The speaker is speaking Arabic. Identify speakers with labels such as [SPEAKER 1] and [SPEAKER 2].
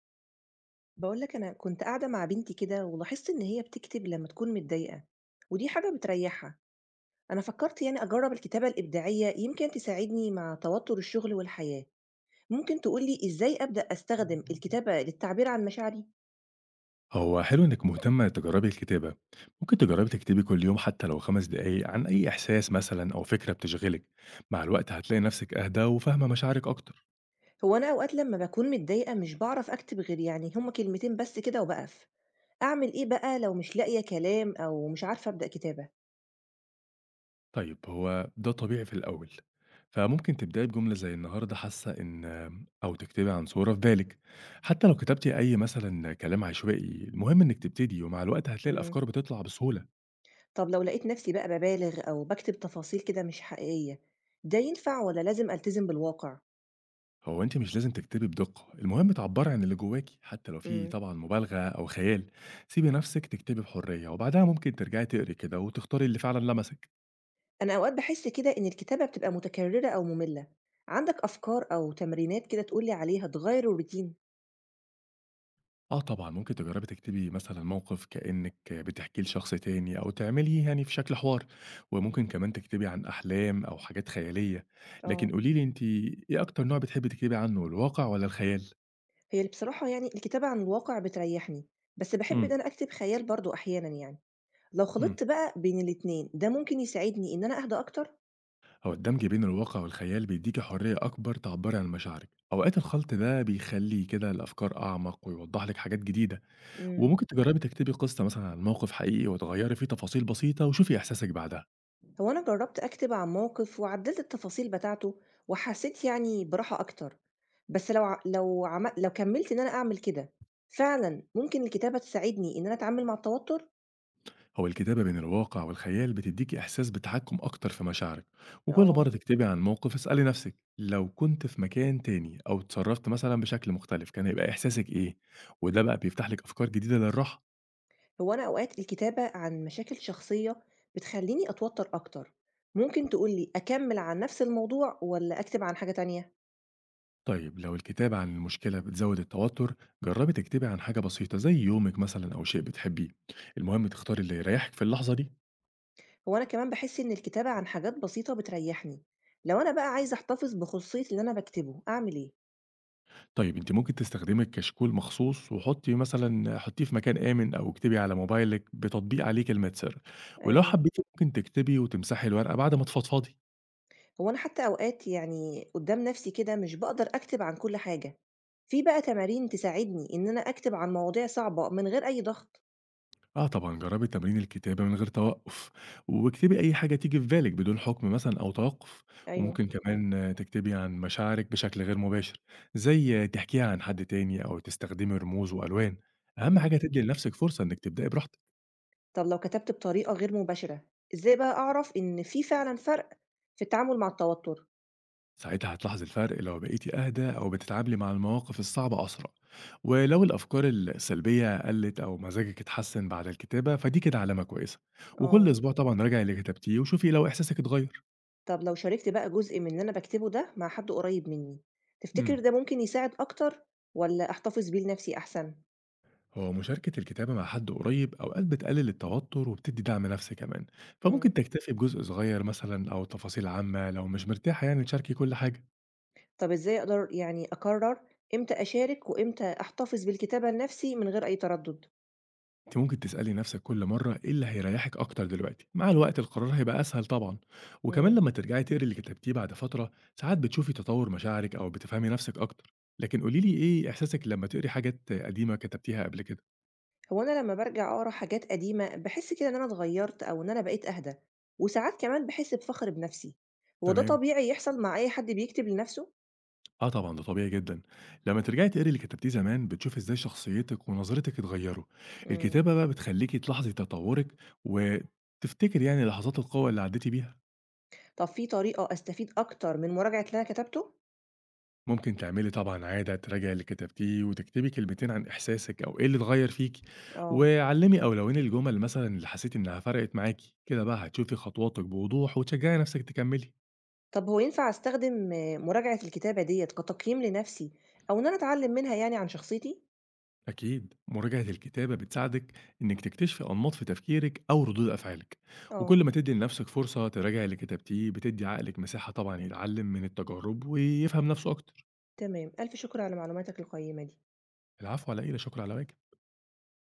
[SPEAKER 1] باقول لك أنا كنت قاعدة مع بنتي كده ولاحظت إن هي بتكتب لمّا تكون متضايقة، ودي حاجة بتريحها، أنا فكرت يعني أجرب الكتابة الإبداعية يمكن تساعدني مع توتر الشغل والحياة، ممكن تقول لي إزاي أبدأ أستخدم الكتابة للتعبير عن مشاعري؟
[SPEAKER 2] هو حلو إنِك مهتمة تجربي الكتابة، ممكن تجربي تكتبي كل يوم حتى لو 5 دقايق عن أي إحساس مثلًا أو فكرة بتشغلِك، مع الوقت هتلاقي نفسِك أهدى وفاهمة مشاعرِك أكتر.
[SPEAKER 1] هو أنا أوقات لمّا باكون متضايقة مش باعرف أكتب غير يعني هُم كلمتين بس كده وباقف، أعمل إيه بقى لو مش لاقية كلام أو مش عارفة أبدأ كتابة؟
[SPEAKER 2] طيب، هو ده طبيعي في الأول، فممكن تبدأي بجملة زي النهارده حاسة إن، أو تكتبي عن صورة في بالِك، حتى لو كتبتِ أي مثلًا كلام عشوائي. المهم إنِك تبتدي، ومع الوقت هتلاقي
[SPEAKER 1] إمم،
[SPEAKER 2] الأفكار بتطلع بسهولة.
[SPEAKER 1] طب لو لقيت نفسي بقى بابالغ أو باكتب تفاصيل كده مش حقيقية، ده ينفع والّا لازم ألتزم بالواقع؟
[SPEAKER 2] هو أنتِ مش لازم تكتبي بدقة، المهم تعبّري عن اللي جواكِ، حتى لو في
[SPEAKER 1] إمم.
[SPEAKER 2] طبعًا مبالغة أو خيال. سيبي نفسِك تكتبي بحرية، وبعدها ممكن ترجعي تقري كده وتختاري اللي فعلًا لمسِك.
[SPEAKER 1] أنا أوقات باحس كده إن الكتابة بتبقى متكررة أو مملة، عندك أفكار أو تمرينات كده تقول لي عليها تغير الروتين؟
[SPEAKER 2] آه طبعًا، ممكن تجرّبي تكتبي مثلًا موقف كإنِّك بتحكيه لشخص تاني أو تعمليه يعني في شكل حوار، وممكن كمان تكتبي عن أحلام أو حاجات خيالية.
[SPEAKER 1] اه.
[SPEAKER 2] لكن قولي لي أنتِ، إيه أكتر نوع بتحبي تكتبي عنه، الواقع والّا الخيال؟
[SPEAKER 1] هي اللي بصراحة يعني الكتابة عن الواقع بتريحني، بس باحب إن
[SPEAKER 2] إمم،
[SPEAKER 1] أنا أكتب خيال برضو أحيانا يعني، لو
[SPEAKER 2] إمم.
[SPEAKER 1] خلطت بقى بين الاتنين ده ممكن يساعدني إن أنا أهدى أكتر؟
[SPEAKER 2] هو الدمج بين الواقع والخيال بيديكي حرية أكبر تعبري عن مشاعرك. أوقات الخلط ده بيخلي كده الأفكار أعمق ويوضح لك حاجات جديدة،
[SPEAKER 1] امم
[SPEAKER 2] وممكن تجربي تكتبي قصة مثلا عن موقف حقيقي وتغيري فيه تفاصيل بسيطة وشوفي إحساسك بعدها.
[SPEAKER 1] هو أنا جربت أكتب عن موقف وعدلت التفاصيل بتاعته وحسيت يعني براحة أكتر، بس لو ع- لو عم... لو كملت إن أنا أعمل كده فعلا ممكن الكتابة تساعدني إن أنا أتعامل مع التوتر؟
[SPEAKER 2] هو الكتابة بين الواقع والخيال بتديكي إحساس بتحكم أكتر في مشاعرك، وكل
[SPEAKER 1] اه.
[SPEAKER 2] مرة تكتبي عن موقف، اسألي نفسك لو كنت في مكان تاني أو اتصرفت مثلا بشكل مختلف، كان هيبقى إحساسك إيه؟ وده بقى بيفتح لك أفكار جديدة للراحة.
[SPEAKER 1] هو أنا أوقات الكتابة عن مشاكل شخصية بتخلّيني أتوتّر أكتر، ممكن تقول لي أكمّل عن نفس الموضوع والّا أكتب عن حاجة تانية؟
[SPEAKER 2] طيب، لو الكتابة عن المشكلة بتزود التوتر، جربي تكتبي عن حاجة بسيطة زي يومك مثلا أو شيء بتحبيه. المهم تختاري اللي يريحك في اللحظة دي.
[SPEAKER 1] هو أنا كمان باحس إن الكتابة عن حاجات بسيطة بتريّحني، لو أنا بقى عايزة أحتفظ بخصوصية اللي أنا باكتبه أعمل إيه؟
[SPEAKER 2] طيب، انت ممكن تستخدمي الكشكول مخصوص وحطي مثلا، حطيه في مكان آمن أو اكتبي على موبايلك بتطبيق عليه كلمة سر. ولو
[SPEAKER 1] أيوه.
[SPEAKER 2] حبيتي، ممكن تكتبي وتمسحي الورقة بعد ما تفضفضي.
[SPEAKER 1] هو أنا حتى أوقات يعني قدّام نفسي كده مش باقدر أكتب عن كل حاجة، في بقى تمارين تساعدني إن أنا أكتب عن مواضيع صعبة من غير أي ضغط؟
[SPEAKER 2] آه طبعًا، جرّبي تمرين الكتابة من غير توقُّف، واكتبي أي حاجة تيجي في بالِك بدون حُكم مثلًا أو توقُّف،
[SPEAKER 1] أيوه.
[SPEAKER 2] وممكن كمان تكتبي عن مشاعرِك بشكل غير مباشر، زي تحكيها عن حد تاني أو تستخدمي رموز وألوان. أهم
[SPEAKER 1] إمم.
[SPEAKER 2] حاجة تدّي لنفسِك فرصة إنِّك تبدئي براحتك.
[SPEAKER 1] طب لو كتبت بطريقة غير مباشرة، إزاي بقى أعرف إن في فعلًا فرق في التعامل مع التوتر؟
[SPEAKER 2] ساعتها هتلاحظي الفرق لو بقيتِ أهدى أو بتتعاملي مع المواقف الصعبة أسرع، ولو الأفكار السلبية قلّت أو مزاجِك اتحسّن بعد الكتابة، فدي كده علامة كويسة. وكل
[SPEAKER 1] آه.
[SPEAKER 2] أسبوع طبعًا راجعي اللي كتبتيه وشوفي لو إحساسِك اتغيّر.
[SPEAKER 1] طب لو شاركت بقى جزء من اللي أنا باكتبه ده مع حد قريب مني، تفتكر
[SPEAKER 2] إمم.
[SPEAKER 1] ده ممكن يساعد أكتر والّا أحتفظ بيه لنفسي أحسن؟
[SPEAKER 2] هو مشاركة الكتابة مع حد قريب أوقات بتقلل التوتر وبتدي دعم نفسي كمان، فممكن
[SPEAKER 1] إمم،
[SPEAKER 2] تكتفي بجزء صغير مثلا أو تفاصيل عامة لو مش مرتاحة يعني تشاركي كل حاجة.
[SPEAKER 1] طب إزاي أقدر يعني أقرر إمتى أشارك وإمتى أحتفظ بالكتابة لنفسي من غير أي تردد؟
[SPEAKER 2] أنت ممكن تسألي نفسك كل مرة، إيه اللي هيريحك أكتر دلوقتي. مع الوقت القرار هيبقى أسهل طبعا، وكمان
[SPEAKER 1] إمم،
[SPEAKER 2] لما ترجعي تقري اللي كتبتيه بعد فترة، ساعات بتشوفي تطور مشاعرك أو بتفهمي نفسك أكتر. لكن قوليلي، إيه إحساسك لما تقري حاجات قديمة كتبتيها قبل كده؟
[SPEAKER 1] هو أنا لمّا بارجع أقرا حاجات قديمة باحس كده إن أنا اتغيرت أو إن أنا بقيت أهدى، وساعات كمان باحس بفخر بنفسي، هو ده
[SPEAKER 2] تمام.
[SPEAKER 1] طبيعي يحصل مع أي حد بيكتب لنفسه؟
[SPEAKER 2] آه طبعًا، ده طبيعي جدًا. لمّا ترجعي تقري اللي كتبتيه زمان، بتشوفي إزاي شخصيتِك ونظرتِك اتغيّروا.
[SPEAKER 1] إمم.
[SPEAKER 2] الكتابة بقى بتخلّيكِ تلاحظي تطوُّرِك وتفتكري يعني لحظات القوة اللي عدّيتِ بيها.
[SPEAKER 1] طب في طريقة أستفيد أكتر من مراجعة اللي أنا كتبته؟
[SPEAKER 2] ممكن تعملي طبعًا عادة تراجعي اللي كتبتيه وتكتبي كلمتين عن إحساسِك أو إيه اللي اتغيّر فيكِ،
[SPEAKER 1] آه.
[SPEAKER 2] وعلّمي أو لوِّني الجُمل مثلًا اللي حسيتِ إنها فرقت معاكِ. كده بقى هتشوفي خطواتِك بوضوح وتشجّعي نفسِك تكمّلي.
[SPEAKER 1] طب هو ينفع أستخدم مراجعة الكتابة ديّة كتقييم لنفسي أو إن أنا أتعلم منها يعني عن شخصيتي؟
[SPEAKER 2] أكيد مراجعة الكتابة بتساعدك إنك تكتشفي أنماط في تفكيرك أو ردود أفعالك،
[SPEAKER 1] آه،
[SPEAKER 2] وكل ما تدي لنفسك فرصة تراجع اللي كتبتيه، بتدي عقلك مساحة طبعا يتعلم من التجارب ويفهم نفسه أكتر.
[SPEAKER 1] تمام. ألف شكر على معلوماتك القيّمة دي.
[SPEAKER 2] العفو، على إيه؟ لا شكر على واجب.